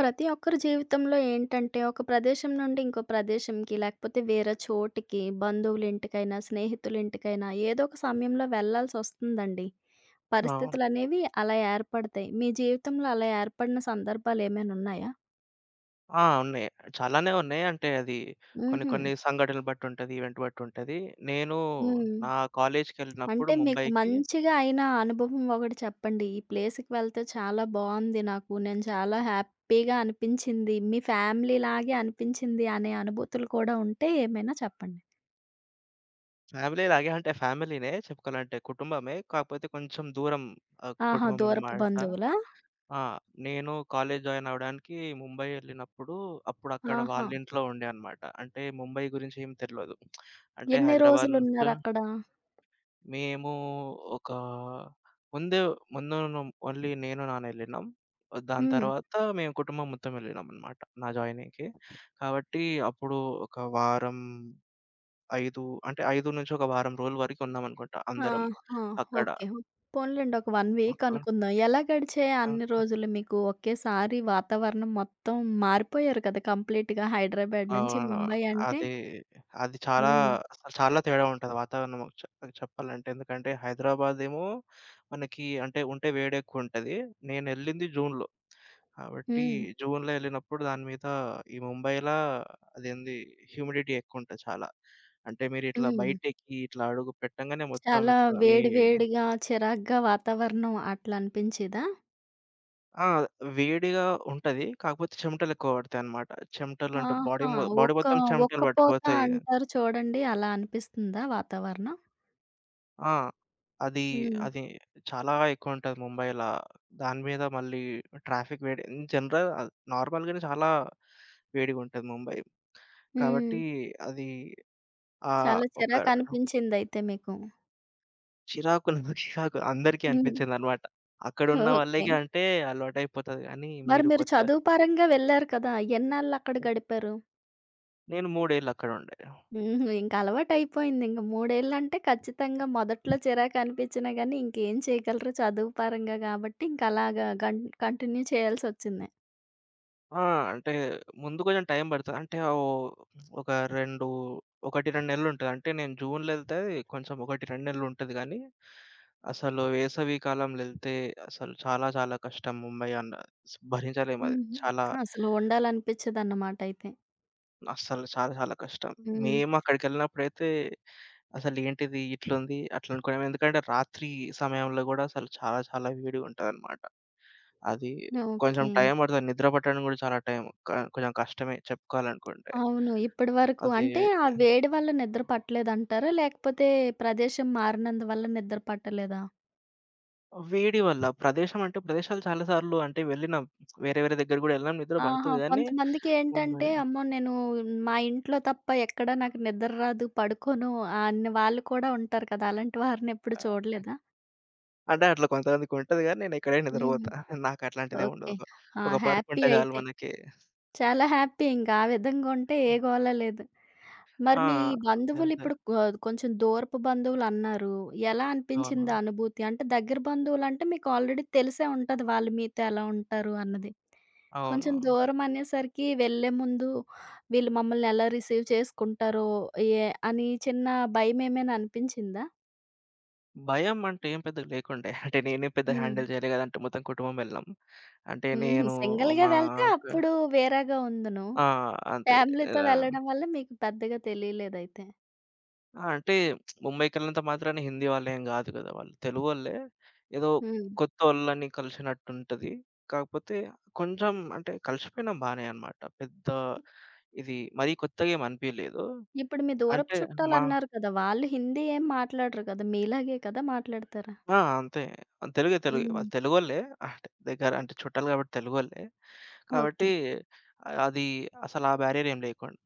ప్రతి ఒక్కరి జీవితంలో ఏంటంటే, ఒక ప్రదేశం నుండి ఇంకో ప్రదేశంకి, లేకపోతే వేరే చోటికి, బంధువులింటికైనా, స్నేహితులింటికైనా ఏదో ఒక సమయంలో వెళ్ళాల్సొస్తుందండి. అవును. పరిస్థితులనేవి అలా ఏర్పడతాయి. మీ జీవితంలో అలా ఏర్పడిన సందర్భాలేమైనున్నాయా? ఆ! ఉన్నాయి. చాలానే ఉన్నాయి. అంటే అది కొన్ని హుహు. కొన్ని సంఘటనలు బట్టి ఉంటది. ఈవెంట్ బట్టి ఉంటది. నేను హ్మ్. నా కాలేజ్‌కెళ్ళినప్పుడు అంటే మీకు ముంబైకి మంచిగా అయిన అనుభవం ఒకటి చెప్పండి. ఈ ప్లేస్‌కి వెళ్తే చాలా బావుంది నాకు. నేను చాలా హ్యాపీగా అనిపించింది. మీ ఫ్యామిలీ లాగే అనిపించింది అనే అనుభూతులు కూడా ఉంటే ఏమైనా చెప్పండి? ఫ్యామిలీలాగే అంటే ఫ్యామిలీనే చెప్పుకోవాలంటే కుటుంబమే. కాకపోతే కొంచెం దూరం. ఆహా! కుటుంబం దూరపు అన్నమాట. బంధువులా? ఆ! నేను కాలేజ్ జాయిన్ అవ్వడానికి ముంబై ఎళ్ళినప్పుడు అప్పుడు అక్కడ ఆహా! వాళ్ళ ఇంట్లో ఉండే అన్నమాట. అంటే ముంబై గురించి ఏం తెల్వదు. అంటే ఎన్ని హైదరాబాద్ నుంచి రోజులున్నారక్కడ? మేము ఒక ముందే ముందున్నాం. ఓన్లీ నేను, నాన్న ఎళ్ళినాం. దాని హ్మ్. తర్వాత మేము కుటుంబం మొత్తం ఎళ్ళినామనమాట నా జాయినింగ్‌కి. కాబట్టి అప్పుడు ఒక వారం 5 అంటే 5 నుంచి ఒక వారం రోజుల వరకు ఉన్నామనుకుంటా అందరం ఆహా! అక్కడ. ఓకే. పోనీలెండి ఒక 1 వీక్ అనుకుందాం. ఎలా గడిచాయి అన్ని రోజులు మీకు? ఒకేసారి వాతావరణం మొత్తం మారిపోయారు కదా! కంప్లీట్‌గా హైదరాబాద్ నుంచి అవును. ముంబై అంటే. అది, అది చాలా హ్మ్. అసలు చాలా తేడా ఉంటది వాతావరణం ఒక చెప్పాలంటే. ఎందుకంటే హైదరాబాద్ ఏమో మనకి అంటే ఉంటే వేడెక్కువుంటది. నేనెళ్ళింది జూన్‌లో. కాబట్టి హ్మ్. జూన్‌లో ఎళ్ళినప్పుడు దాని మీద ఈ ముంబైలా అదేంది హ్యూమిడిటీ ఎక్కువుంటది చాలా. అంటే మీరిట్లా హ్మ్. బయటెక్కి ఇట్లా అడుగు పెట్టంగానే మొత్తం చాలా ఇట్లా మీ వేడి వేడిగా, చిరాగ్గా వాతావరణం అట్లా అనిపించేదా? ఆ! వేడిగా ఉంటది. కాకపోతే చెమటలెక్కువ పడతాయన్నమాట. చెమటలు అంటే ఆహా! బాడీ ఒక్క మొత్తం చెమటలు ఒక్కపూత పట్టిపోతాయి. అంటారు చూడండి అలా అనిపిస్తుందా వాతావరణం? ఆ! అది హ్మ్. అది చాలా ఎక్కువుంటది ముంబైలా. దాని మీద మళ్ళీ ట్రాఫిక్ వేడి ఇన్ జనరల్, నార్మల్‌గానే చాలా వేడిగుంటది ముంబై. హ్మ్. కాబట్టి అది చాలా ఒక చిరాకనిపించిందయితే మీకు. చిరాకు నాకు చిరాకు అందరికీ హ్మ్. అనిపించిందనమాట. అక్కడున్న ఓకే. వాళ్ళకి అంటే అలవాటయిపోతది గానీ, మరి మీరు మీరు కొత్త. చదువు పరంగా వెళ్లారు కదా! ఎన్నాళ్ళక్కడ గడిపారు? నేను 3 ఏళ్ళు అక్కడ ఉండే. హుహు. ఇంక అలవాటయిపోయింది. ఇంక 3 ఏళ్ళంటే ఖచ్చితంగా మొదట్లో చిరాకనిపించినా గానీ ఇంకేం చేయగలరు చదువు పరంగా గాబట్టి ఇంకలాగా గన్ కంటిన్యూ చేయాల్సొచ్చింది. ఆ! అంటే ముందు కొంచెం టైం పడతది. అంటే ఓ ఒక 2, 1, 2 నెలలుంటది. అంటే నేను జూన్‌లో ఎళ్తే కొంచెం 1, 2 నెలలుంటది గానీ, అసలు వేసవి కాలంలో ఎళ్తే అసలు చాలా చాలా కష్టం ముంబై అన్న. భరించలేమది. హుహు. చాలా అసలు ఉండాలనిపిచ్చదన్నమాటయితే. అస్సలు చాలా చాలా కష్టం. హ్మ్. మేమక్కడికెళ్ళినప్పుడైతే అసలేంటిది ఇట్లుంది అట్లనుకున్నాం. ఎందుకంటే రాత్రి సమయంలో గూడా అసలు చాలా చాలా వేడిగుంటదనమాట. అది కొంచెం ఓకే. టైం పడతది. నిద్ర పట్టడం గూడా చాలా టైం క కొంచెం కష్టమే చెప్పుకోవాలనుకుంటే. అవును. ఇప్పడి వరకు అది అంటే ఆ వేడి వల్ల నిద్ర పట్టలేదంటారా? లేకపోతే ప్రదేశం మారినందువల్ల నిద్ర పట్టలేదా? వేడి వల్ల, ప్రదేశం అంటే ప్రదేశాలు చాలా సార్లు అంటే వెళ్ళినాం. వేరే వేరే దగ్గర గూడా వెళ్ళినాం. నిద్ర ఆహా! పడతది గానీ ముంబై. కొంతమందికేంటంటే, అమ్మో! నేను మా ఇంట్లో తప్ప ఎక్కడ నాకు నిద్ర రాదు, పడుకోను అన్న వాళ్ళు కూడా ఉంటారు కదా! అలాంటి వారిని ఎప్పుడు ఆ! చూడలేదా? అంటే అట్లా కొంతమందికుంటది గానీ నేనెక్కడైనా హ్మ్. నిద్రపోతా. నాకట్లాంటిదేం ఓకే. ఉండదు. ఆ! ఒక హ్యాపీ పరుపుంటే చాలు అయితే. మనకి. చాలా హ్యాపీ ఇంక. ఆ విధంగా ఉంటే ఏ గోల లేదు. ఆ! మరి మీ అంతే. అంతే. బంధువులిప్పుడు కొంచెం దూరపు బంధువులన్నారు. ఎలా అవును. అనిపించింది ఆ అనుభూతి? అంటే దగ్గర బంధువులంటే మీకు ఆల్రెడీ తెలిసే ఉంటది వాళ్ళు మీతో ఎలా ఉంటారు అన్నది. అవును. కొంచెం అవును. దూరమనేసరికి వెళ్ళే ముందు వీళ్ళు మమ్మల్ని ఎలా రిసీవ్ చేసుకుంటారో, ఏ అని చిన్న భయమేమైనా అనిపించిందా? భయం అంటే ఏం పెద్దగా లేకుండే. అంటే నేనేం పెద్ద హ్మ్. హ్యాండిల్ చేయలే గదా! అంటే మొత్తం కుటుంబం వెళ్ళాం. అంటే హుహు. నేను సింగిల్‌గా మా వెళ్తే అక్క. అప్పుడు వేరేగా ఉందును. ఆ! అంతే. ఫ్యామిలీతో ఆ! వెళ్ళడం వల్ల మీకు పెద్దగా తెలియలేదయితే. అంటే ముంబైకెళ్ళినంత మాత్రాన హిందీ వాళ్ళేం గాదు గదా! వాళ్ళు తెలుగోళ్ళే. ఏదో హ్మ్. కొత్తోళ్ళని కలిసినట్టుంటది. కాకపోతే కొంచెం అంటే కలిసిపోయినాం బానే అన్నమాట. పెద్ద ఇది మరీ కొత్తగా ఏమి అనిపియలేదు. ఇప్పుడు మీ దూరపు అంటే మా చుట్టాలన్నారు కదా! వాళ్ళు హిందీ ఏం మాట్లాడరు కదా! మీలాగే కదా మాట్లాడతారా? ఆ! అంతే. తెలుగే, తెలుగే. హ్మ్. వాళ్ళు తెలుగోళ్ళే. అంటే దగ్గర అంటే చుట్టాలు కాబట్టి తెలుగోళ్ళే. ఓకే. కాబట్టి అది అసలు ఆ బ్యారియర్ ఏం లేకుండా.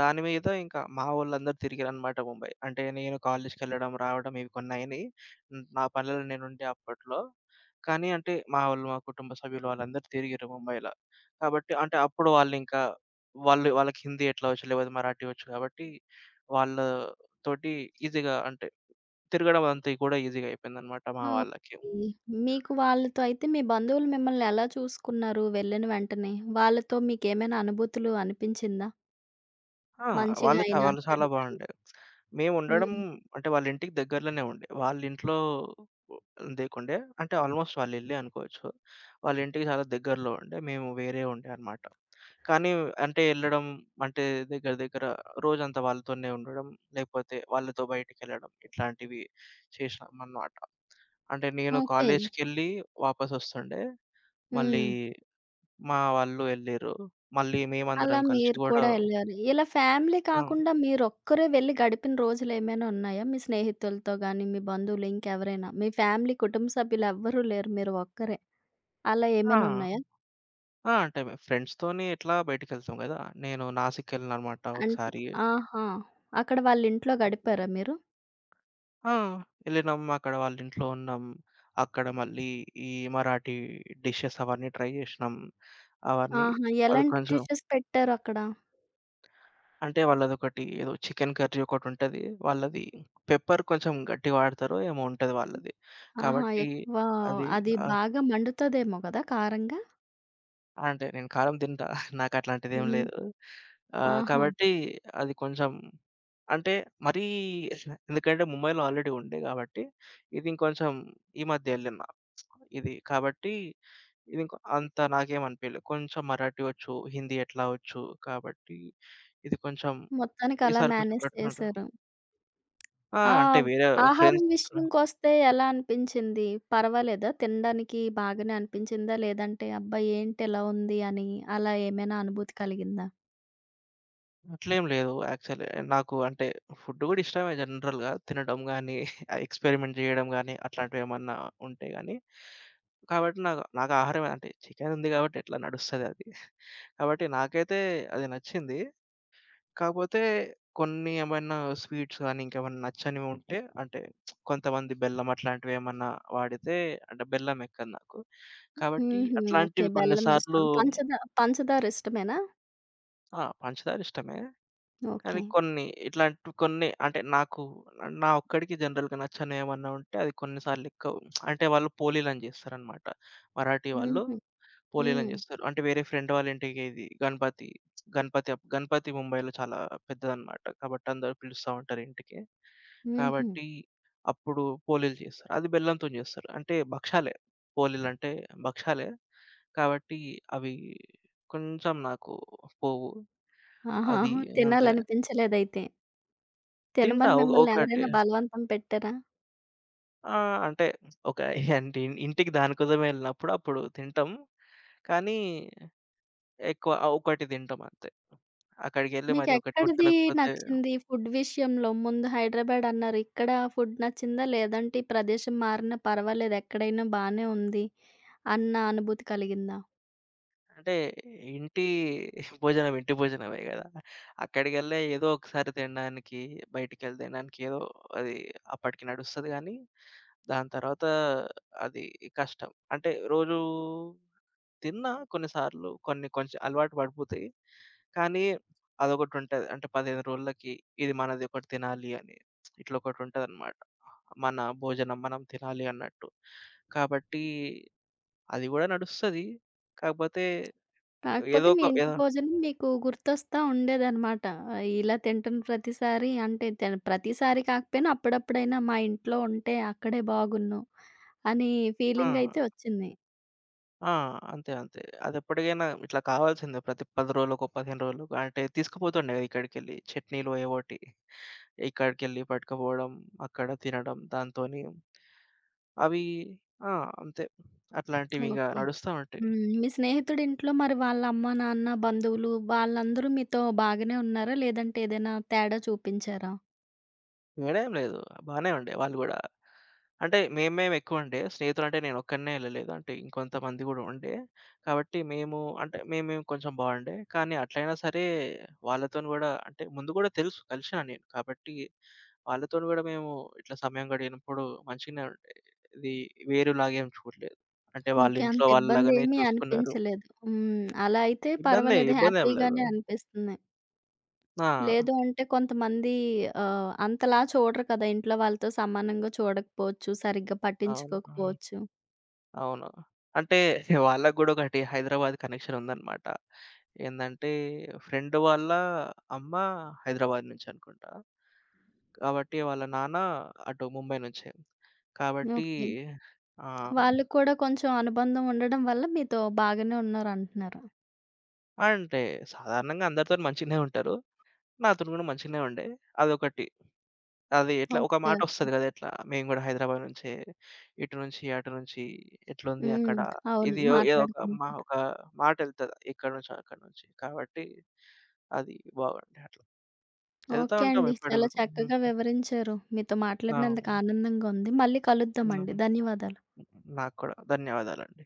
దాని మీద ఇంకా మా వోళ్ళందరూ తిరిగారనమాట ముంబై. అంటే నేను కాలేజ్‌కెళ్ళడం, రావడం ఇవి కొన్నయినయి. హ్మ్. నా పనులలో నేనుండే అప్పట్లో. కానీ అంటే మా వోళ్ళు, మా కుటుంబ సభ్యులు వాళ్ళందరూ తిరిగిర్రు ముంబైలా. కాబట్టి అంటే అప్పుడు వాళ్ళింకా వాళ్ళకి హిందీ ఎట్లా వచ్చు, లేకపోతే మరాఠీ వచ్చు కాబట్టి వాళ్ళతోటి ఈజీగా అంటే తిరగడం అంతా కూడా ఈజీగా అయిపోయిందనమాట మా వాళ్ళకి. ఓకే. మీకు వాళ్ళతో అయితే మీ బంధువులు మిమ్మల్ని ఎలా చూసుకున్నారు వెళ్ళిన వెంటనే? వాళ్ళతో మీకేమైనా అనుభూతులు అనిపించిందా? ఆ! మంచిగా అయినా, వాళ్ళు చాలా చెడుగా అయినా? బాగుండే. మేముండడం హ్మ్. అంటే వాళ్ళింటికి దగ్గరలోనే ఉండే. వాళ్ళింట్లో లేకుండే. అంటే ఆల్‌మోస్ట్ వాళ్ళ ఇల్లే అనుకోవచ్చు. వాళ్ళింటికి చాలా దగ్గరలో ఉండే. మేము వేరే ఉండే అనమాట. కానీ అంటే ఎళ్ళడం అంటే దగ్గర దగ్గర రోజంతా వాళ్ళతోనే ఉండడం, లేకపోతే వాళ్ళతో బయటికెళ్ళడం ఇట్లాంటివి చేశామనమాట. అంటే నేను ఓకే. కాలేజ్‌కెళ్ళి వాపసొస్తుండే. మళ్ళీ హ్మ్. మా వాళ్ళు ఎళ్ళిర్రు. మళ్ళీ అలా మేమందరం కలిసి మీరు గూడా. కూడా ఎళ్లారు. ఇలా ఫ్యామిలీ ఆ! కాకుండా మీరొక్కరే వెళ్లి గడిపిన రోజులేమైనా ఉన్నాయా? మీ స్నేహితులతో గాని, మీ బంధువులు ఇంకెవరైనా? మీ ఫ్యామిలీ కుటుంబ సభ్యులెవ్వరూ లేరు మీరు ఒక్కరే. అలా ఏమైనా ఆ! ఉన్నాయా? ఆ! అంటే ఫ్రెండ్స్‌తోని ఇట్లా బయటికెళ్తాం గదా! నేను నాసిక్కెళ్ళాననమాట అంట్ ఒకసారి. ఆహా! అక్కడ వాళ్ళ ఇంట్లో గడిపారా మీరు? ఆ! ఎళ్ళినాం అక్కడ వాళ్ళ ఇంట్లో ఉన్నాం. అక్కడ మళ్ళీ ఈ మరాఠీ డిషెస్ అవన్నీ ట్రై జేసినాం. అవన్నీ ఆహా! అది ఎలాంటి కొంచెం డిషెస్ పెట్టారక్కడ? అంటే వాళ్ళదొకటి ఏదో చికెన్ కర్రీ ఒకటుంటది. వాళ్ళది పెప్పర్ కొంచెం గట్టిగా వాడతారో ఏమో ఉంటది వాళ్ళది. ఆహా! కాబట్టి ఎక్కువ అది అది ఆ! బాగా మండుతదేమో గదా! కారంగా. అంటే నేను కారం తింటా. నాకట్లాంటిదేం హ్మ్. లేదు. ఓకే. ఆహా! కాబట్టి అది కొంచెం అంటే మరీ ఎందుకంటే ముంబైలో ఆల్రెడీ ఉండే గాబట్టి, ఇది ఇంకొంచెం ఈ మధ్య ఎళ్ళినా. ఇది కాబట్టి ఇదింక అంత నాకేం అనిపియలే. కొంచెం మరాఠీ వచ్చు, హిందీ ఎట్లా వచ్చు కాబట్టి ఇది కొంచెం మొత్తానికి అలా ఈసారి కొంచెం మేనేజ్ బెటర్ ఉంటది. చేశారు. ఆ! ఆ! అంటే వేరే ఆహారం ఫ్రెండ్స్. విషయంకొస్తే ఎలా అనిపించింది? పర్వాలేదా? తినడానికి బాగానే అనిపించిందా? లేదంటే అబ్బా! ఏంటి ఇలా ఉంది అని అలా ఏమైనా అనుభూతి కలిగిందా? అట్లేం లేదు. యాక్చువల్లీ నాకు అంటే ఫుడ్ గూడా ఇష్టమే జనరల్‌గా. తినడం గానీ, ఎక్స్‌పెరిమెంట్ జేయడం గానీ, అట్లాంటివేమన్నా ఉంటే గానీ, కాబట్టి నాకు నాకు ఆహారమే అంటే చికెన్ ఉంది గాబట్టి ఎట్లా నడుస్తదది. కాబట్టి నాకైతే అది నచ్చింది. కాకపోతే కొన్ని ఏమైనా స్వీట్స్ గానీ, ఇంకేమన్నా నచ్చనివి ఉంటే అంటే కొంతమంది బెల్లం అట్లాంటివేమన్నా వాడితే అంటే బెల్లమెక్కదు నాకు. కాబట్టి హుహు. ఓకే. అట్లాంటివి కొన్ని బెల్లం సార్లు. ఇష్టం. పంచదార ఇష్టమేనా? ఆ! పంచదార ఇష్టమే. కానీ ఓకే. కొన్ని ఇట్లాంటి కొన్ని అంటే నాకు నా ఒక్కడికి జనరల్‌గా నచ్చనివి ఏమన్నా ఉంటే అది కొన్ని సార్లు ఎక్కువ అంటే వాళ్ళు పోలీలని చేస్తారనమాట. మరాఠీ వాళ్ళు హుహు. హ్మ్. పోలీలని చేస్తారు. అంటే వేరే ఫ్రెండ్ వాళ్ళ ఇంటికి ఇది గణపతి, గణపతి అప్ గణపతి ముంబైలో చాలా పెద్దదనమాట. కాబట్టి అందరూ పిలుస్తా ఉంటారు ఇంటికి. హుహు. కాబట్టి అప్పుడు పోలీలు చేస్తారు. అది బెల్లంతోని చేస్తారు. అంటే భక్షాలే. పోలీలంటే భక్షాలే. కాబట్టి అవి కొంచెం నాకు పోవు. ఆహా! అది అంతే. తినాలనిపించలేదైతే. తింటా. తినమని మిమ్మల్ని ఒకటి. ఎవరైనా బలవంతం పెట్టారా? ఆ! అంటే ఒక అంటే ఇంటికి దానికోసమే వెళ్ళినప్పుడు అప్పుడు తింటాం. కానీ ఎక్కువ ఒకటి తింటాం అంతే. అక్కడికెళ్ళి మరి ఒకటి కూడా మీకెక్కడిది తినకపోతే నచ్చింది ఫుడ్ విషయంలో? ముందు హైదరాబాద్ అన్నారు. ఇక్కడ ఫుడ్ నచ్చిందా? లేదంటే ఈ ప్రదేశం మారినా పర్వాలేదు ఎక్కడైనా బానే ఉంది అన్న అనుభూతి కలిగిందా? అంటే ఇంటి భోజనం ఇంటి భోజనమే గదా! అక్కడికెళ్ళి ఏదో ఒకసారి తినడానికి, బయటికెళ్ళి తినడానికి ఏదో అది అప్పటికి నడుస్తది గానీ, దాని తర్వాత అది కష్టం. అంటే రోజు తిన్నా కొన్నిసార్లు కొన్ని కొంచెం అలవాటు పడిపోతాయి. కానీ అదొకటుంటది. అంటే 15 రోజులకి ఇది మనది ఒకటి తినాలి అని. ఇట్లా ఒకటుంటదనమాట. మన భోజనం మనం తినాలి అన్నట్టు. కాబట్టి అది గూడా నడుస్తది. కాకపోతే కాకపోతే ఏదో మీ ఒక ఇంటి ఏదో. భోజనం మీకు గుర్తొస్తా ఉండేదనమాట. ఇలా తింటున్న ప్రతిసారి అంటే ప్రతిసారి కాకపోయినా అప్పుడప్పుడైనా మా ఇంట్లో ఉంటే అక్కడే బాగున్ను అని ఆ! ఫీలింగయితే వచ్చింది. ఆ! అంతే. అంతే. అదెప్పటికైనా ఇట్లా కావాల్సిందే. ప్రతి 10 రోజులకో, 15 రోజులకో అంటే తీసుకుపోతుండే కదా! ఇక్కడికెళ్ళి చట్నీలు ఏవోటి. ఇక్కడికెళ్ళి పట్టుకపోవడం, అక్కడ తినడం దాంతోని అవి ఆ! అంతే. అట్లాంటివింగా ఓకే. నడుస్తా ఉంటాయి. హ్మ్. మీ స్నేహితుడింట్లో మరి వాళ్ళ అమ్మ, నాన్న, బంధువులు వాళ్ళందరూ మీతో బాగానే ఉన్నారా? లేదంటే ఏదైనా తేడా చూపించారా? తేడా ఏం లేదు. బానే ఉండే వాళ్ళు గూడా. అంటే మేము మేము ఎక్కువండే. స్నేహితులంటే నేనొక్కడినే ఎళ్ళలేదు. అంటే ఇంకొంతమంది గూడా ఉండే. కాబట్టి మేము అంటే మేము మేము కొంచెం బాగుండే. కానీ అట్లైనా సరే వాళ్ళతోని గూడా అంటే ముందు గూడా తెలుసు కలిషినా నేను. కాబట్టి వాళ్ళతోని గూడా మేము ఇట్లా సమయం గడిపినప్పుడు మంచిగనే ఉండే. ఇది వేరేలాగేం చూడలేదు. అంటే ఓకే. అంత వాళ్ళింట్లో వాళ్ళలాగానే ఇబ్బందేమీ చూసుకున్నారు. అనిపించలేదు. హ్మ్. అలా అయితే పర్వాలేదు. ఇబ్బందేం లేదు. హ్యాపీగానే అనిపిస్తుంది. ఆ! లేదు అంటే కొంతమంది అంతలా చూడరు కదా! ఇంట్లో వాళ్ళతో సమానంగా చూడకపోవచ్చు. సరిగ్గా అవును. ఆ! పట్టించుకోకపోవచ్చు. అవును. అంటే వాళ్ళకి గూడా ఒకటి హైదరాబాద్ కనెక్షన్ ఉందన్నమాట. ఏందంటే ఫ్రెండ్ వాళ్ళ అమ్మ హైదరాబాద్ నుంచి అనుకుంటా. కాబట్టి వాళ్ళ నాన్న అటు ముంబై నుంచే. కాబట్టి ఓకే. ఆహ్, వాళ్ళకి కూడా కొంచెం అనుబంధం ఉండడం వల్ల మీతో బాగానే ఉన్నారంటున్నారు. అంటే సాధారణంగా అందరితోని మంచిగనే ఉంటారు. నాతోని గూడా మంచిగనే ఉండే. అదొకటి. అది ఎట్లా ఒక ఓకే. మాటొస్తది గదా! ఎట్లా మేము గూడా హైదరాబాద్ నుంచే. ఇటు నుంచి, అటు నుంచి ఎట్లుంది అక్కడ? హ్మ్. అవును. ఇది ఏదో ఒక మాట్లాడుకుని మా ఒక మాటెళ్తది ఇక్కడి నుంచి, అక్కడి నుంచి. కాబట్టి అది బాగుండే అట్లా. ఎళ్తా ఓకే ఉంటాం అండి. ఎప్పుడు చాలా గూడా. హ్మ్. చక్కగా హ్మ్. వివరించారు. మీతో మాట్లాడినందుకు అవును. ఆనందంగా ఉంది. మళ్ళీ హ్మ్. కలుద్దామండి. హ్మ్. ధన్యవాదాలు. నాకు కూడా. ధన్యవాదాలండి.